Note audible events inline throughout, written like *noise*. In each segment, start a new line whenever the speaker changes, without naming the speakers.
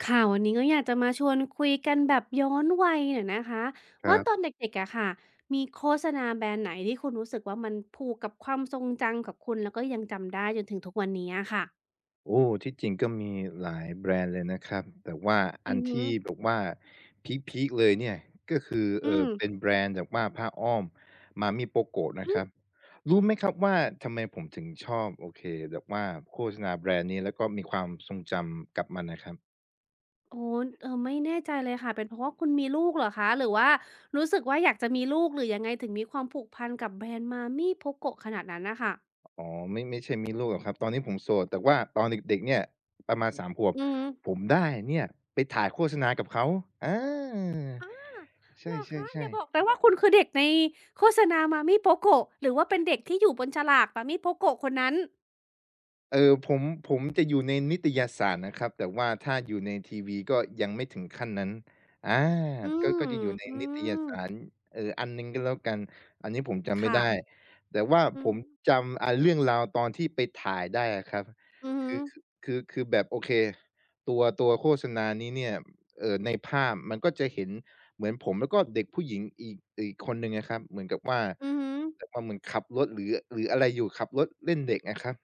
ค่ะวันนี้ก็อยากจะมาชวนคุยกันแบบย้อนวัยหน่อยนะคะ
ค
ว่า
รั
ตอน
บ
เด็กๆอะค่ะมีโฆษณาแบรนด์ไหนที่คุณรู้สึกว่ามันผูกกับความทรงจำกับคุณแล้วก็ยังจำได้จนถึงทุกวันนี้อะค่ะ
โอ้ที่จริงก็มีหลายแบรนด์เลยนะครับแต่ว่าอั
อื
น
อหึอ
ที่แบบว่าพีคๆเลยเนี่ยก็คือ
อืม
เป็นแบรนด์แบบว่าผ้าอ้อม Mami Poco นะ
อื
ครับ
ม
รู้ไหมครับว่าทำไมผมถึงชอบโอเคแบบว่าโฆษณาแบรนด์นี้แล้วก็มีความทรงจำกับมันน่ะครับ
โอ้ไม่แน่ใจเลยค่ะเป็นเพราะว่าคุณมีลูกเหรอคะหรือว่ารู้สึกว่าอยากจะมีลูกหรือยังไงถึงมีความผูกพันกับแบรนด์มา m e e พกโกะขนาดนั้นนะค่ะ
อ๋อไม่ใช่มีลูกหรอกครับตอนนี้ผมโสดแต่ว่าตอนเด็กๆเนี่ยประมาณสามขวบ
อือ
ผมได้เนี่ยไปถ่ายโฆษณากับเขาอาใ
เหรอคะอ
ช่
ย่าบ
ๆ
อก
ๆ
นะว่าคุณคือเด็กในโฆษณามาม m โป o ก o หรือว่าเป็นเด็กที่อยู่บนฉลากมาม m โปโกะคนนั้น
เออผมจะอยู่ในนิตยสารนะครับแต่ว่าถ้าอยู่ในทีวีก็ยังไม่ถึงขั้นนั้นอา
อื
ก็
ม
ก็จะอยู่ใน
อื
นิตย
ม
สารอันหนึ่งก็แล้วกันอันนี้ผมจำไม่
ค่ะ
ได้แต่ว่า
อือ
ผมจำเรื่องราวตอนที่ไปถ่ายได้อะครับ
อือฮึ
คือแบบโอเคตัวโฆษณานี้เนี่ยในภาพมันก็จะเห็นเหมือนผมแล้วก็เด็กผู้หญิงอีกคนหนึ่งอะครับเหมือนกับว่า
อือฮึ
แบบว่าเหมือนขับรถหรืออะไรอยู่ขับรถเล่นเด็กอะครับ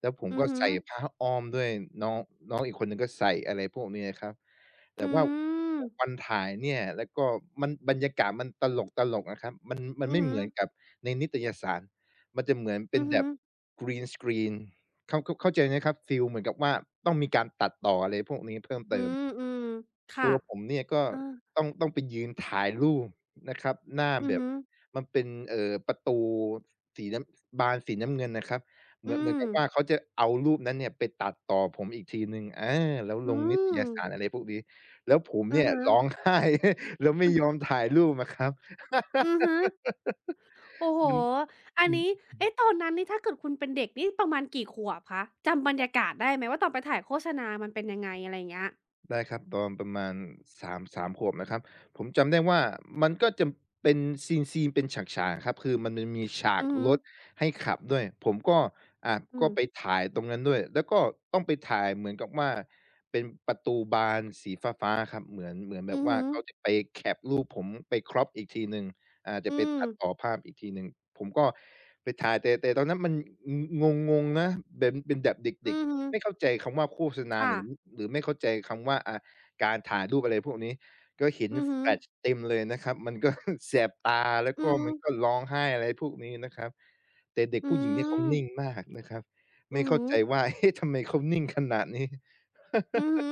แล้วผม
อือ
ก็
ฮึ
ใส่ผ้าอ้อมด้วยน้องน้องอีกคนหนึ่งก็ใส่อะไรพวกนี้อะครับแต่
อื
ว่า
ม
วันถ่ายเนี่ยแล้วก็บรรยากาศมันตลกๆนะครับมัน
อือ
ไม่
ฮึ
เหมือนกับในนิตยสารมันจะเหมือนเป็
อื
น
อฮึ
แบบ green screen เข้าใจไหมครับฟีลเหมือนกับว่าต้องมีการตัดต่ออะไรพวกนี้เพิ่ม
อื
เติม
มอืมค่ะ
ตัวผมเนี่ยก็
เออ
ต้องไปยืนถ่ายรูปนะครับหน้า
อือ
แบบ
ฮึ
มันเป็นประตูสีน้ำบานสีน้ำเงินน่ะครับ เหมื
อื
อนเหมือน
ม
กับว่าเขาจะเอารูปนั้นเนี่ยไปตัดต่อผมอีกทีหนึ่งอาแล้วล
อื
งนิต
ม
ยสารอะไรพวกนี้ แล้วผม
อะ
เนี่ย
ฮะ
ร้องไห้ *laughs* แล้วไม่ยอมถ่ายรูปอะครับ
อือฮึ
*laughs*
โอ้โฮ
มัน
อัน
อืม
นี้เอ๊ะตอนนั้นนี่ถ้าเกิดคุณเป็นเด็กนี่ประมาณกี่ขวบคะจำบรรยากาศได้ไหมว่าตอนไปถ่ายโฆษณามันเป็นยังไงอะไรอย่างเงี้ย
ได้ครับตอนประมาณ สามขวบนะครับผมจำได้ว่ามันก็จะเป็นซีนๆเป็นฉากๆครับคือมันมีฉาก
อือฮึ
รถให้ขับด้วยผมก็อ่า
อื
ก็
ม
ไปถ่ายตรงนั้นด้วยแล้วก็ต้องไปถ่ายเหมือนกับว่าเป็นประตูบานสีฟ้าๆครับเหมือนแบ
อื
บ
อ
ว่า
ฮึ
เขาจะไปแคปรูปผมไป crop อีกทีหนึ่งอ่าจะ
อื
ไป
ม
ตัดต่อภาพอีกทีหนึ่งผมก็ไปถ่ายแต่ตอนนั้นมันงงงๆนะเป็นแบบเด็
อื
ก
อฮึ
ๆ ไม่เข้าใจคำว่าโฆษณาห
ค่ะ
รือหรือไม่เข้าใจคำว่าการถ่ายรูปอะไรพวกนี้ก็เห็น
อือฮึ
แฟลชเต็มเลยนะครับ *laughs* มันก็แสบตาแล้ว
อือ
ก็มันก็ร้องไห้อะไรพวกนี้นะครับแต่เด็ก
อื
ผู้หญิงเนี่ยเขา
ม
นิ่งมากนะครับ
อื
ไม่
อฮึ
เข้าใจว่า *laughs* เอ๊ะทำไมเขานิ่งขนาดนี้
อือ
*laughs*
ฮึ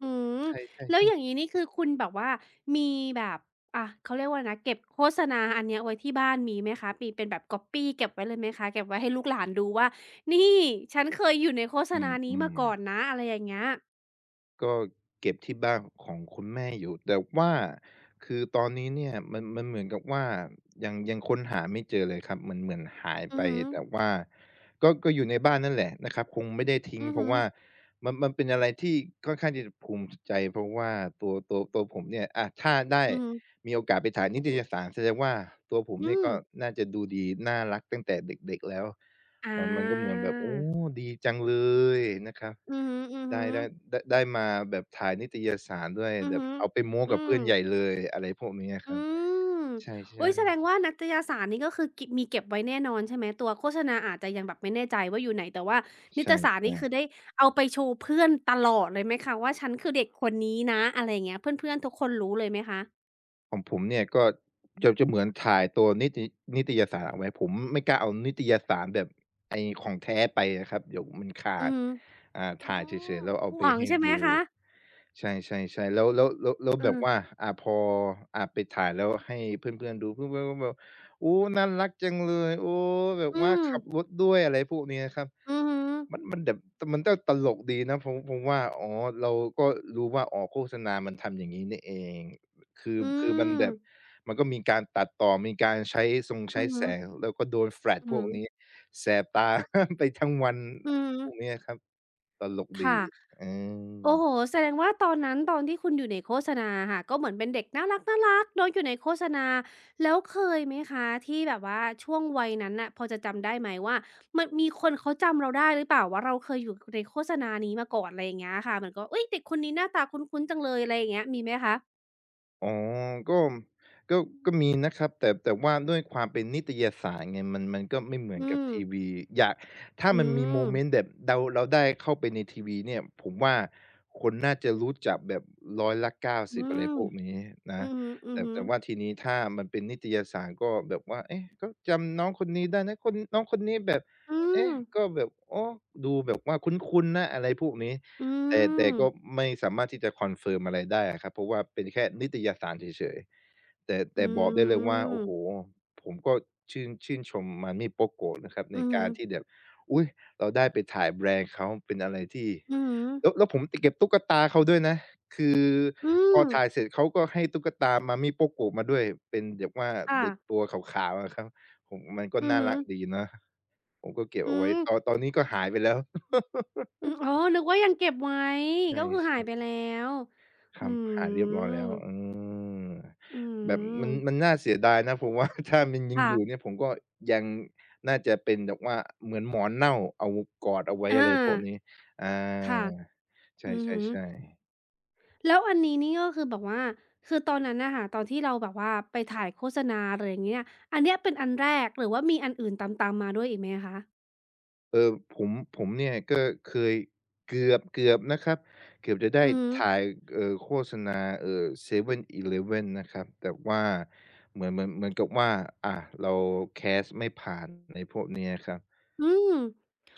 อืม
ใช่
แล้วอ
ๆ
ย่าง
ๆ
งี้นี่คือคุณแบบว่ามีแบบเขาเรียกว่าอะไรนะเก็บโฆษณาอันเนี้ยไว้ที่บ้านมีไหมคะมีเป็นแบบก๊อบปี้เก็บไว้เลยไหมคะเก็บไว้ให้ลูกหลานดูว่านี่ฉันเคยอยู่ในโฆษ
อื
ณานี้
ม
มาก่อน
ๆ
นะอะไรอย่างเงี้ย
ก็เก็บที่บ้านของคุณแม่อยู่แต่ว่าคือตอนนี้เนี่ยมันเหมือนกับว่ายังค้นหาไม่เจอเลยครับเหมือนเหมือนหาย
อื
ไป
อฮึ
แต่ว่าก็อยู่ในบ้านนั่นแหละนะครับคงไม่ได้ทิ้ง
อือ
เพ
ฮึ
ราะว่ามันเป็นอะไรที่ค่อนข้างที่จะภูมิใจเพราะว่าตัวผมเนี่ยอะถ้าได้
อือฮึ
มีโอกาสไปถ่ายนิตยสารแสดงว่าตัวผม
อื
เนี่ย
ม
ก็น่าจะดูดีน่ารักตั้งแต่เด็กๆแล้ว
อา
มันก็เหมือนแบบโอ้ดีจังเลยนะครับ
อือฮึ
ได้ได้
ๆ
ได้มาแบบถ่ายนิตยสารด้วย
อือ
แบบ
ฮึ
เอาไปโม้
อื
กับ
ม
เพื่อนใหญ่เลยอะไรพวกนี้อะค
อื
รับ
ม
ใช่
โอุ๊ยแสดง
ๆ
ว่านิตยสารนี่ก็คือกิบมีเก็บไว้แน่นอนใช่ไหมตัวโฆษณาอาจจะยังแบบไม่แน่ใจว่าอยู่ไหนแต่ว่านิ
ใช
ตยสารนี่คือ
่
ได้เอาไปโชว์เพื่อนตลอดเลยไหมคะว่าฉันคือเด็กคนนี้นะอะไรอย่างเงี้ยเพื่อนๆทุกคนรู้เลยไหมคะ
ๆของผมเนี่ยก็จะเหมือนถ่ายตัวนิตยสารเอาไว้ผมไม่กล้าเอานิตยสารแบบไอ้ของแท้ไปอะครับเดี๋ยวมันขา
อือ
ด
ฮึ
อ่า
อ๋อ
ถ่ายเสร็จแล้วเอาไป
ห่วง
ให้
ใช่ไหม
ดู
คะ
ใช่ๆๆแล้ว
เอื
แบ
อ
บว่าอ่าพออ่าไปถ่ายแล้วให้เพื่อนๆดูเพื่อนๆก็แบบโอ้น่ารักจังเลยโอ้แบบ
อื
ว่า
ม
ขับรถด้วยอะไรพวกนี้อะครับ
อือฮึ
มันมันแบบแต่มันก็ตลกดีนะผมว่าอ๋อเราก็รู้ว่าอ๋อโฆษณามันทำอย่างงี้นี่เองคือ
อื
คือมันแบ
ม
บมันก็มีการตัดต่อ มีการใช้ทรง
อื
ใช้
อฮึ
แสงแล้วก็โดนแฟลช
อือ
พ
ฮึ
วกนี้ แสบตา *laughs* ไปทั้งวัน
อือ
พ
ฮึ
วกเนี้ยครับตลกดี
ค่ะ
อื
โอ้
ม
โฮแสดงว่าตอนนั้นตอนที่คุณอยู่ในโฆษณาค่ะก็เหมือนเป็นเด็กน่ารักๆเนาะอยู่ในโฆษณาแล้วเคยไหมคะที่แบบว่าช่วงวัยนั้นน่ะพอจะจำได้ไหมว่ามันมีคนเขาจำเราได้หรือเปล่าว่าเราเคยอยู่ในโฆษณานี้มาก่อนอะไรอย่างเงี้ยค่ะเหมือนกับอุ๊ยเด็กคนนี้หน้าตาคุ้นๆจังเลยอะไรอย่างเงี้ยมีไหมคะ
อ๋อก็ก็ก็มีนะครับแต่ว่าด้วยความเป็นนิตยสารไงมันก็ไม่เหมือน
อื
กับ
ม
ทีวีอยากถ้า
อื
มันมีโม
ม
เมนต์แบบเราได้เข้าไปในทีวีเนี่ยผมว่าคนน่าจะรู้จักแบบ
อื
90%อยละเก้าสิบอะไร
ม
พวกนี้
อื
นะ
อ
แต่
ฮึ
แต่
ๆ
ว่าทีนี้ถ้ามันเป็นนิตยสารก็แบบว่าเอ๊ะก็จำน้องคนนี้ได้นะคนน้องคนนี้แบบ
อืม
เอ๊ะก็แบบโอ้ดูแบบว่าคุ้นๆนะอะไรพวกนี้
อื
แต่
ม
ก็ไม่สามารถที่จะคอนเฟิร์มอะไรได้อะครับเพราะว่าเป็นแค่นิตยสารเฉยๆแต่
อื
แต่บอกได้เลยว่าโอ้โฮ
ม
ผมก็ชื่นชม Manmi Pokgo นะครับ
อื
ใน
อฮึ
การที่แบบอุ๊ยเราได้ไปถ่ายแบรนด์เขาเป็นอะไรที่
อือฮึ
แล้วผมติดเก็บตุ๊กตาเขาด้วยนะคือ
อื
พอ
ม
ถ่ายเสร็จเขาก็ให้ตุ๊กตา Manmi Pokgo มาด้วยเป็นแบบว่า
ค่ะ
เด็กตัวขาวๆอะครับผมมันก็
อือ
น่า
ฮึ
รักดีนะผมก็เก็บ
อื
เอาไว้
ม
ตอนนี้ก็หายไปแล้ว *laughs*
อืมอ๋อนึกว่ายังเก็บไว้
ใช
ก็คือหาย
่
ไปแล้ว
ค
อื
รับหายเรียบร้อยแล้ว
ม
เออ
อื
แบบ
ม
มันน่าเสียดายนะผมว่า *laughs* ถ้ามันยัง
ค่ะ
อยู่เนี่ยผมก็ยังน่าจะเป็นแบบว่าเหมือนหมอนเน่าเอากอดเอาไว้
อ
อะไรพวก
า
นี้อา
ค่ะ
ใ
อือฮึ
ช่ๆๆ
แล้วอันนี้นี่ก็คือแบบว่าคือตอนนั้นน่ะค่ะตอนที่เราแบบว่าไปถ่ายโฆษณาอะไรอย่างเงี้ยอันเนี้ยเป็นอันแรกหรือว่ามีอันอื่นตามๆมาด้วยอีกไหมคะ
เออผมเนี่ยก็เคยเกือบนะครับเกือบจะได้
อือฮึ
ถ่ายโฆษณาเซเว่นอีเลฟเว่นนะครับแต่ว่าเหมือนกับว่าอ่าเราแคสต์ไม่ผ่านในพวกเนี้ยครับ
อืม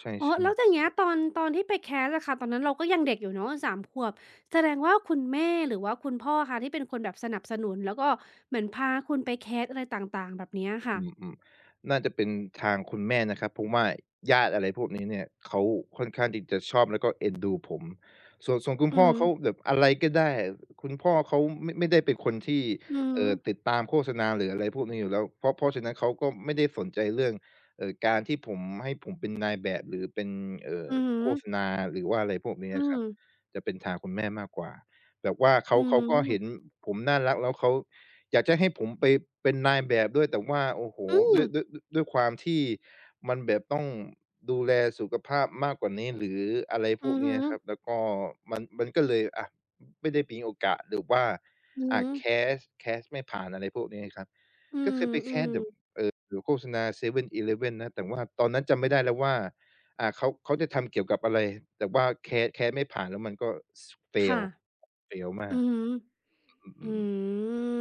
ใช่
อ๋อแล้วอย่า
ๆ
งเงี้ยตอนตอนที่ไปแคสอะค่ะตอนนั้นเราก็ยังเด็กอยู่เนาะสามขวบแสดงว่าคุณแม่หรือว่าคุณพ่อคะที่เป็นคนแบบสนับสนุนแล้วก็เหมือนพาคุณไปแคสอะไรต่างๆแบบเนี้ยค่ะ
อืมน่าจะเป็นทางคุณแม่นะครับเพราะว่าญาติอะไรพวกนี้เนี่ยเขาค่อนข้างที่จะชอบแล้วก็เอ็นดูผมส่วนคุณ
อื
พ่
อ
อ
ฮึ
เขาแบบอะไรก็ได้คุณพ่อเขาไม่ได้เป็นคนที่
อือฮึ
ติดตามโฆษณาหรืออะไรพวกนี้อยู่แล้วเพราะฉะนั้นเขาก็ไม่ได้สนใจเรื่องการที่ผมให้ผมเป็นนายแบบหรือเป็นเอ่อ
อือ
โฆษณาหรือว่าอะไรพวกนี้
อือ
นะครับจะเป็นทางคุณแม่มากกว่าแบบว่าเขาก็
อ
เห็นผมน่ารักแล้วเขา อยากจะให้ผมไปเป็นนายแบบด้วยแต่ว่าโอ้โฮ
ื
ด้ว
ม
ยด้วยด้วยด้วยความที่มันแบบต้องดูแลสุขภาพมากกว่านี้หรืออะไรพ
อื
วก
อฮึ
เนี้ยครับแล้วก็มันก็เลยอะไม่ได้มีโอกาสหรือว่า
อือ
อ่
ฮึ
แคสต์แคสต์ไม่ผ่านอะไรพวกนี้ครับ
อื
ก็
ม
เคยไป
อื
แคส
ม
ต์แบบหรือโฆษณา 7-Eleven นะแต่ว่าตอนนั้นจำไม่ได้แล้วว่าเขาจะทำเกี่ยวกับอะไรแต่ว่าแคสต์ไม่ผ่านแล้วมันก็
ค่ะ
fail fail มา
อื
ก
อฮึ
อื
อื
อ
ม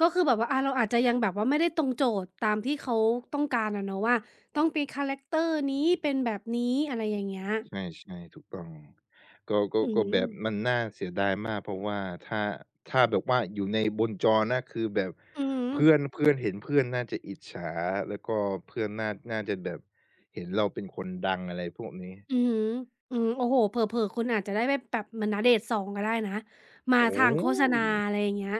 ก็คือแบบว่าอาเราอาจจะยังแบบว่าไม่ได้ตรงโจทย์ตามที่เขาต้องการอะเนาะว่าต้องเป็นคาแรกเตอร์นี้เป็นแบบนี้อะไรอย่างเงี้ย
ใช่ๆถูกต้องก็ก็
อื
ก็แบ
ม
บมันน่าเสียดายมากเพราะว่าถ้าถ้าแบบว่าอยู่ในบนจอนะคือแบบ
อือฮึ
เพื่อนเพื่อนเห็นเพื่อนน่าจะอิจฉาแล้วก็เพื่อนน่าจะแบบเห็นเราเป็นคนดังอะไรพวกนี้
อือฮึอืมโอ้โฮเผลอๆคุณอาจจะได้ไปแบบเหมือนณเดชน์สองก็ได้นะมา
โอ้
ทางโฆษณา
โฮ
อะไรอย่างเงี้ย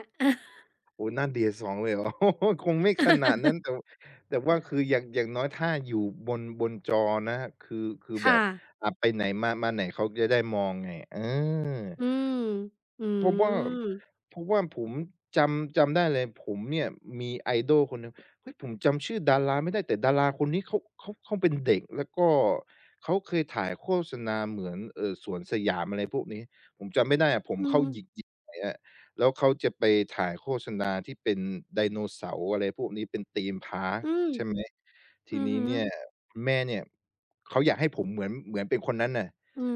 โอ้น่า d อ2เลย *laughs* เหรอคงไม่ขนาดนั้นแต่
*laughs*
แต่ว่าคืออย่างน้อยถ้าอยู่บนจอนะครับคือแบ
ค่ะ
บไปไหนมามาไหนเขาจะได้มองไงเออ
อืมอื
เพราะว่า
ม
เพราะว่าผมจำได้เลยผมเนี่ยมี idol คนหนึ่งเฮ้ยผมจำชื่อดาราไม่ได้แต่ดาราคนนี้เขาเป็นเด็กแล้วก็เขาเคยถ่ายโฆษณาเหมือนสวนสยามอะไรพวกนี้ผมจำไม่ได้อะผม
อื
เข้า
ม
หยิกๆไปอะ แล้วเขาจะไปถ่ายโฆษณาที่เป็นไดโนเสาร์อะไรพวกนี้เป็นธีมพาร์ก
อืม
ใช่ไหมที
อือ
นี้
ฮึ
เนี่ยคุณแม่เนี่ยเขาอยากให้ผมเหมือนเป็นคนนั้นน่ะ
อืม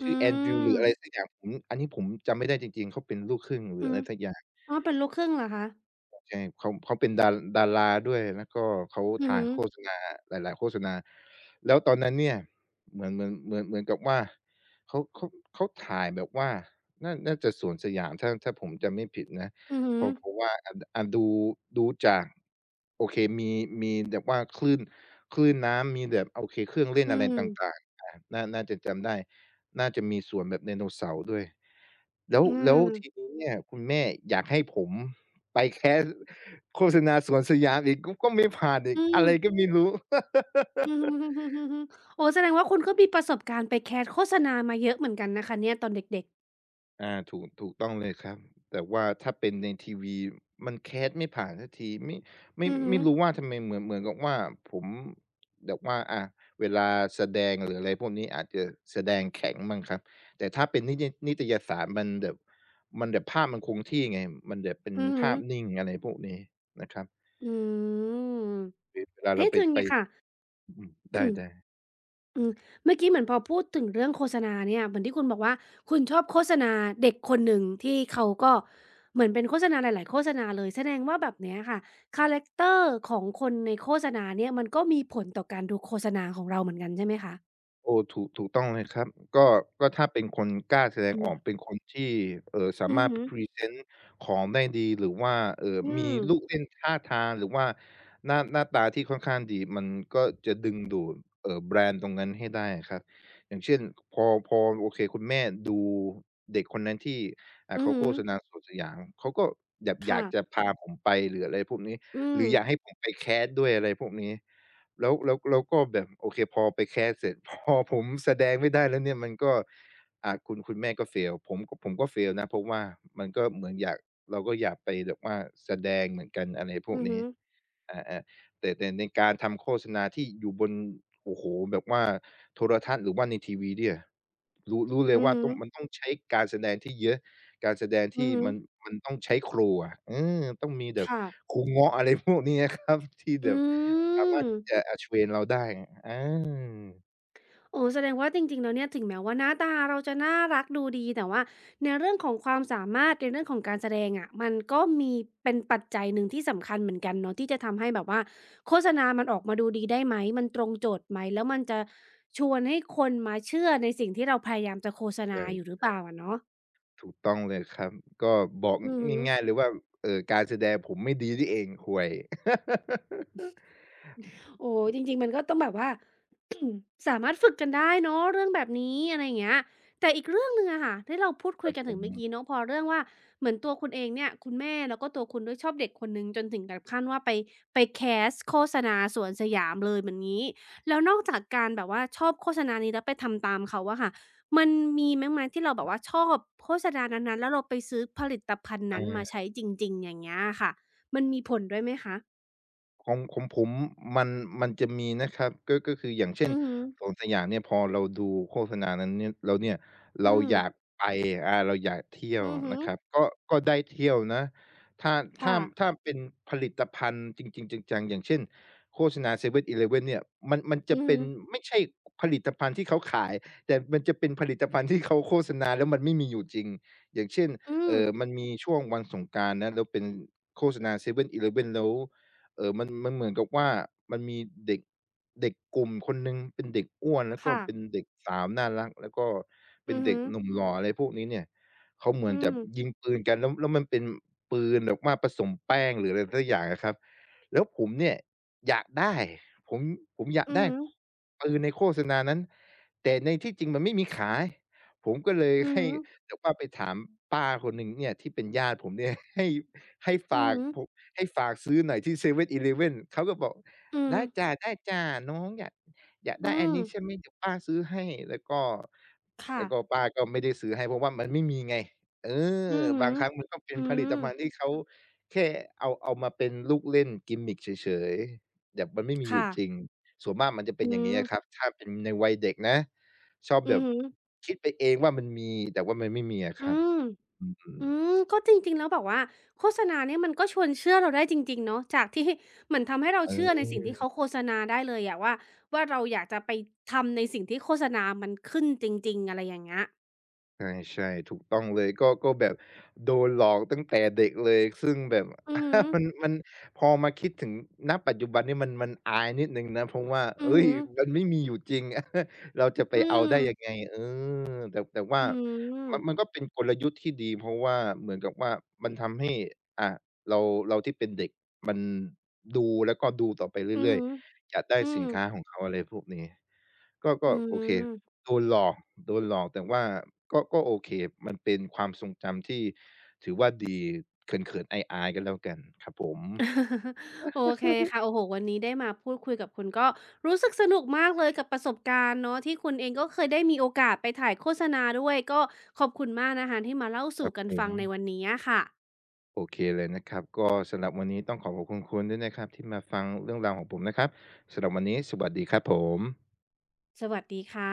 อื
ชื่อแอนดรูว์ห
ม
รืออะไรสักอย่างผมอันนี้ผมจำไม่ได้จริงๆเขาเป็นลูกครึ่งหรื
อื
ออะ
ม
ไรสักอย่าง
อ้าวเป็นลูกครึ่งเหรอคะ
ใช่เขาเป็นดาราด้วยแล้วก็เขา
อือ
ถ่า
ฮึ
ยโฆษณาหลายๆโฆษณาแล้วตอนนั้นเนี่ยเหมือนเหมือนเหมือนเหมือนกับว่าเขาเขาเขาถ่ายแบบว่าน่าจะสวนสยามถ้าผมจำไม่ผิดนะ
อือฮึ
เพราะว่าอาอะดูจากโอเคมีแบบว่าคลื่นน้ำมีแบบโอเคเครื่องเล่น
อื
อะไรต่า
ม
งๆอาน่าจะจำได้น่าจะมีสวนแบบไดโนเสาร์ด้วยแล้ว
อื
แล้วที
ม
นี้เนี่ยคุณแม่อยากให้ผม ไปแคสโฆษณาสวนสยามอีกก็ไม่ผ่านอีก
อื
อะ
ม
ไรก็ไม่รู้ *laughs*
อือฮึๆๆๆๆโอ้แสดงว่าคุณก็มีประสบการณ์ไปแคสต์โฆษณามาเยอะเหมือนกันนะคะเนี่ยตอนเด็กๆ
อาถูกต้องเลยครับแต่ว่าถ้าเป็นในทีวีมันแคสไม่ผ่านสักทีไม่ไม่
อือฮึ
ไม่รู้ว่าทำไมเหมือนกับว่าผมแบบว่าอาเวลาแสดงหรืออะไรพวกนี้อาจจะแสดงแข็งมั่งครับแต่ถ้าเป็นนิตยสารมันแบบมันแบบภาพมันคงที่ไงมันแบบเป็น
อือฮึ
ภาพนิ่งอะไรพวกนี้นะครับ
อืม
เวลาเรา
เอ๊ะ
ไป
อย่าง
ไป
เงี้ยค่ะ
อืมไ
*coughs*
ด้ๆ
อืมเมื่อกี้เหมือนพอพูดถึงเรื่องโฆษณาเนี่ยเหมือนที่คุณบอกว่าคุณชอบโฆษณาเด็กคนหนึ่งที่เขาก็เหมือนเป็นโฆษณาหลายๆโฆษณาเลยแสดงว่าแบบเนี้ยค่ะคาแรคเตอร์ของคนในโฆษณาเนี่ยมันก็มีผลต่อการดูโฆษณาของเราเหมือนกันใช่ไหมคะ
โอ้ถูกต้องเลยครับก็ถ้าเป็นคนกล้าแสดง
อื
ออก
ม
เป็นคนที่สา
อื
มารถ
อึอ
พรีเซนต์ของได้ดีหรือว่า
อื
มี
ม
ลูกเล่นท่าทางหรือว่าหน้าตาที่ค่อนข้างดีมันก็จะดึงดูดแบรนด์ตรงนั้นให้ได้อะครับอย่างเช่นพอโอเคคุณแม่ดูเด็กคนนั้นที่
อื
เขา
อึ
โฆษณาสวนสยามเขาก็อยาก
ค่ะ
จะพาผมไปหรืออะไรพวกนี้
อื
ห
ม
รืออยากให้ผมไปแคสต์ด้วยอะไรพวกนี้ แล้วก็แบบโอเคพอไปแคสเสร็จ *laughs* พอผมแสดงไม่ได้แล้วเนี่ยมันก็คุณแม่ก็ fail ผมก็fail นะเพราะว่ามันก็เหมือนอยากเราก็อยากไปแบบว่าแสดงเหมือนกันอะไรพวก
อือฮึ
นี้
อ
อาๆแต่ในการทำโฆษณาที่อยู่บนโอ้โฮแบบว่าโทรทัศน์หรือว่าในทีวีเนี่ยรู้เลย
อือ
ว่า
หึ
ต้
อ
องมันต้องใช้การแสดงที่เยอะการแสดง
อือ
ที่
ฮึ
มันมันต้องใช้ครูต้องมีแบบ
ค่ะ
ครูเงาะอะไรพวกนี้อะครับที่แบ
อื
บ สามา
ม
รถที่จะเทรนเราได้อา
โอ้แสดงว่าจริงๆแล้วเนี่ยถึงแม้ว่าหน้าตาเราจะน่ารักดูดีแต่ว่าในเรื่องของความสามารถในเรื่องของการแสดงอ่ะมันก็มีเป็นปัจจัยหนึ่งที่สำคัญเหมือนกันเนาะที่จะทำให้แบบว่าโฆษณามันออกมาดูดีได้ไหมมันตรงโจทย์ไหมแล้วมันจะชวนให้คนมาเชื่อในสิ่งที่เราพยายามจะโฆษณาอยู่หรื
ใช่
อเปล่าอะเนาะ
ถูกต้องเลยครับ ก็บอก
อืม
ง่ายๆเลยว่าการแสดงผมไม่ดีนี่เองห่วย *laughs*
โอ้โฮจริงๆมันก็ต้องแบบว่า *coughs* สามารถฝึกกันได้เนาะเรื่องแบบนี้อะไรอย่างเงี้ยแต่อีกเรื่องหนึ่งอะค่ะที่เราพูด
ค
คุย
รับ
กัน
ผ
ถึง
ม
เมื่อกี้เนาะพอเรื่องว่าเหมือนตัวคุณเองเนี่ยคุณแม่แล้วก็ตัวคุณด้วยชอบเด็กคนหนึ่งจนถึงกับขั้นว่าไปไปแคสโฆษณาสวนสยามเลยแบบนี้แล้วนอกจากการแบบว่าชอบโฆษณานี้แล้วไปทำตามเขาอะค่ะมันมีแม้างไหมที่เราแบบว่าชอบโฆษณานั้นๆแล้วเราไปซื้อผลิตภัณฑ์นั้นมา
อา
ใช้จริงๆอย่างเงี้ยค่ะมันมีผลด้วยไหมคะ
ของผมมันจะมีนะครับก็คืออย่างเช่น
อือหึอ
สวนสยามเนี่ยพอเราดูโฆษณานั้นเนี่ยแล้วเนี่ย
อื
เรา
ม
อยากไปเราอยากเที่ยว
อือฮึ
นะครับก็ได้เที่ยวนะถ้าถ้า
ค่ะ
เป็นผลิตภัณฑ์จริงๆจังๆอย่างเช่นโฆษณา 7-Eleven เนี่ยมัน
อื
จะ
อฮึ
เป็นไม่ใช่ผลิตภัณฑ์ที่เขาขายแต่มันจะเป็นผลิตภัณฑ์ที่เขาโฆษณาแล้วมันไม่มีอยู่จริงอย่างเช่น
อืม
มันมีช่วงวันสงกรานต์นะแล้วเป็นโฆษณา 7-Eleven แล้ว มันเหมือนกับว่ามันมีเด็กเด็กกลุ่มคนหนึ่งเป็นเด็กอ้วนแล้วก็
ค่ะ
เป็นเด็กสาวน่ารักแล้วก็เป็
อื
น
อฮึ
เด็กหนุ่มหล่ออะไรพวกนี้เนี่ยเขาเหมื
อื
อนจะ
ม
ยิงปืนกันแล้วมันเป็นปืนแบบว่าผสมแป้งหรืออะไรสักอย่างอะครับแล้วผมเนี่ยอยากได้ผมอยาก
อือ
ได้
ฮึ
ปืนในโฆษณานั้นแต่ในที่จริงมันไม่มีขายผมก็เลย
อือ
ให้
ฮึ
แต่ว่าไปถามป้าคนหนึ่งเนี่ยที่เป็นญาติผมเนี่ย *laughs* ให้
อื
ฝา
อ
ก
ฮึ
ผมให้ฝากซื้อหน่อยที่เซเว่นอีเลฟเว่นเขาก็บอก
อืม
ได้จ้ะได้จ้ะน้องอยาก
อื
ได้อัน
ม
นี้ใช่ไหมเดี๋ยวป้าซื้อให้แล้วก็
ค่ะ
ป้าก็ไม่ได้ซื้อให้เพราะว่ามันไม่มีไงเออ
อือฮึ
บางครั้งมันก็เป็
อื
นผลิต
ม
ภัณฑ์ที่เขาแค่เอามาเป็นลูกเล่น gimmick เฉยๆแบบมันไม่มีอ
ค่ะ
ยู่จริงส่วนมากมันจะเป็
อื
นอย่าง
ม
งี้อะครับถ้าเป็นในวัยเด็กนะ ชอบ
อื
แบ
อ
บ
ฮึ
คิดไปเองว่ามันมีแต่ว่ามันไม่มีอะ
อื
ครับ
ม
อืม
อืมก็จริงๆแล้วแบบว่าโฆษณาเนี่ยมันก็ชวนเชื่อเราได้จริงๆเนาะ จากที่ *laughs* เหมือนทำให้เรา
เ
เชื่อในสิ่งที่
ออ
เขาโฆษณาได้เลยอะว่าเราอยากจะไปทำในสิ่งที่โฆษณามันขึ้นจริงๆอะไรอย่างเงี้ย
ใช่ๆถูกต้องเลยก็แบบโดนหลอกตั้งแต่เด็กเลยซึ่งแบบ
อือฮึ
*laughs* มันพอมาคิดถึงณปัจจุบันนี่มันอายนิดหนึ่งนะเพราะว่า
อือ
เฮ้ย
ฮึ
มันไม่มีอยู่จริง *laughs* เราจะไป
อื
เอา
ม
ได้ยังไงเออแต่ว่า
อืม
มันก็เป็นกลยุทธ์ที่ดีเพราะว่าเหมือนกับว่ามันทำให้อ่าเราที่เป็นเด็กมันดูแล้วก็ดูต่อไป
อือ
เรื่อย
ฮึ
ๆ อยากได้
อื
สิ
ม
นค้าของเขาอะไรพวกนี้ก็
อื
โอเค
ม
โดนหลอกโดนหลอกแต่ว่าก็โอเคมันเป็นความทรงจำที่ถือว่าดีเขินๆอายๆก็แล้วกันครับผม
*laughs* โอเคค่ะโอ้โหวันนี้ได้มาพูดคุยกับคุณก็รู้สึกสนุกมากเลยกับประสบการณ์เนาะที่คุณเองก็เคยได้มีโอกาสไปถ่ายโฆษณาด้วยก็ขอบคุณมากนะคะที่มาเล่า
ค
สู่
รับ
กั
ผ
นฟังในวัน
ม
นี้ค่ะ
โอเคเลยนะครับก็สำหรับวันนี้ต้องขอบคุณคุณด้วยนะครับที่มาฟังเรื่องราวของผมนะครับสำหรับวันนี้สวัสดีครับผม
สวัสดีค่ะ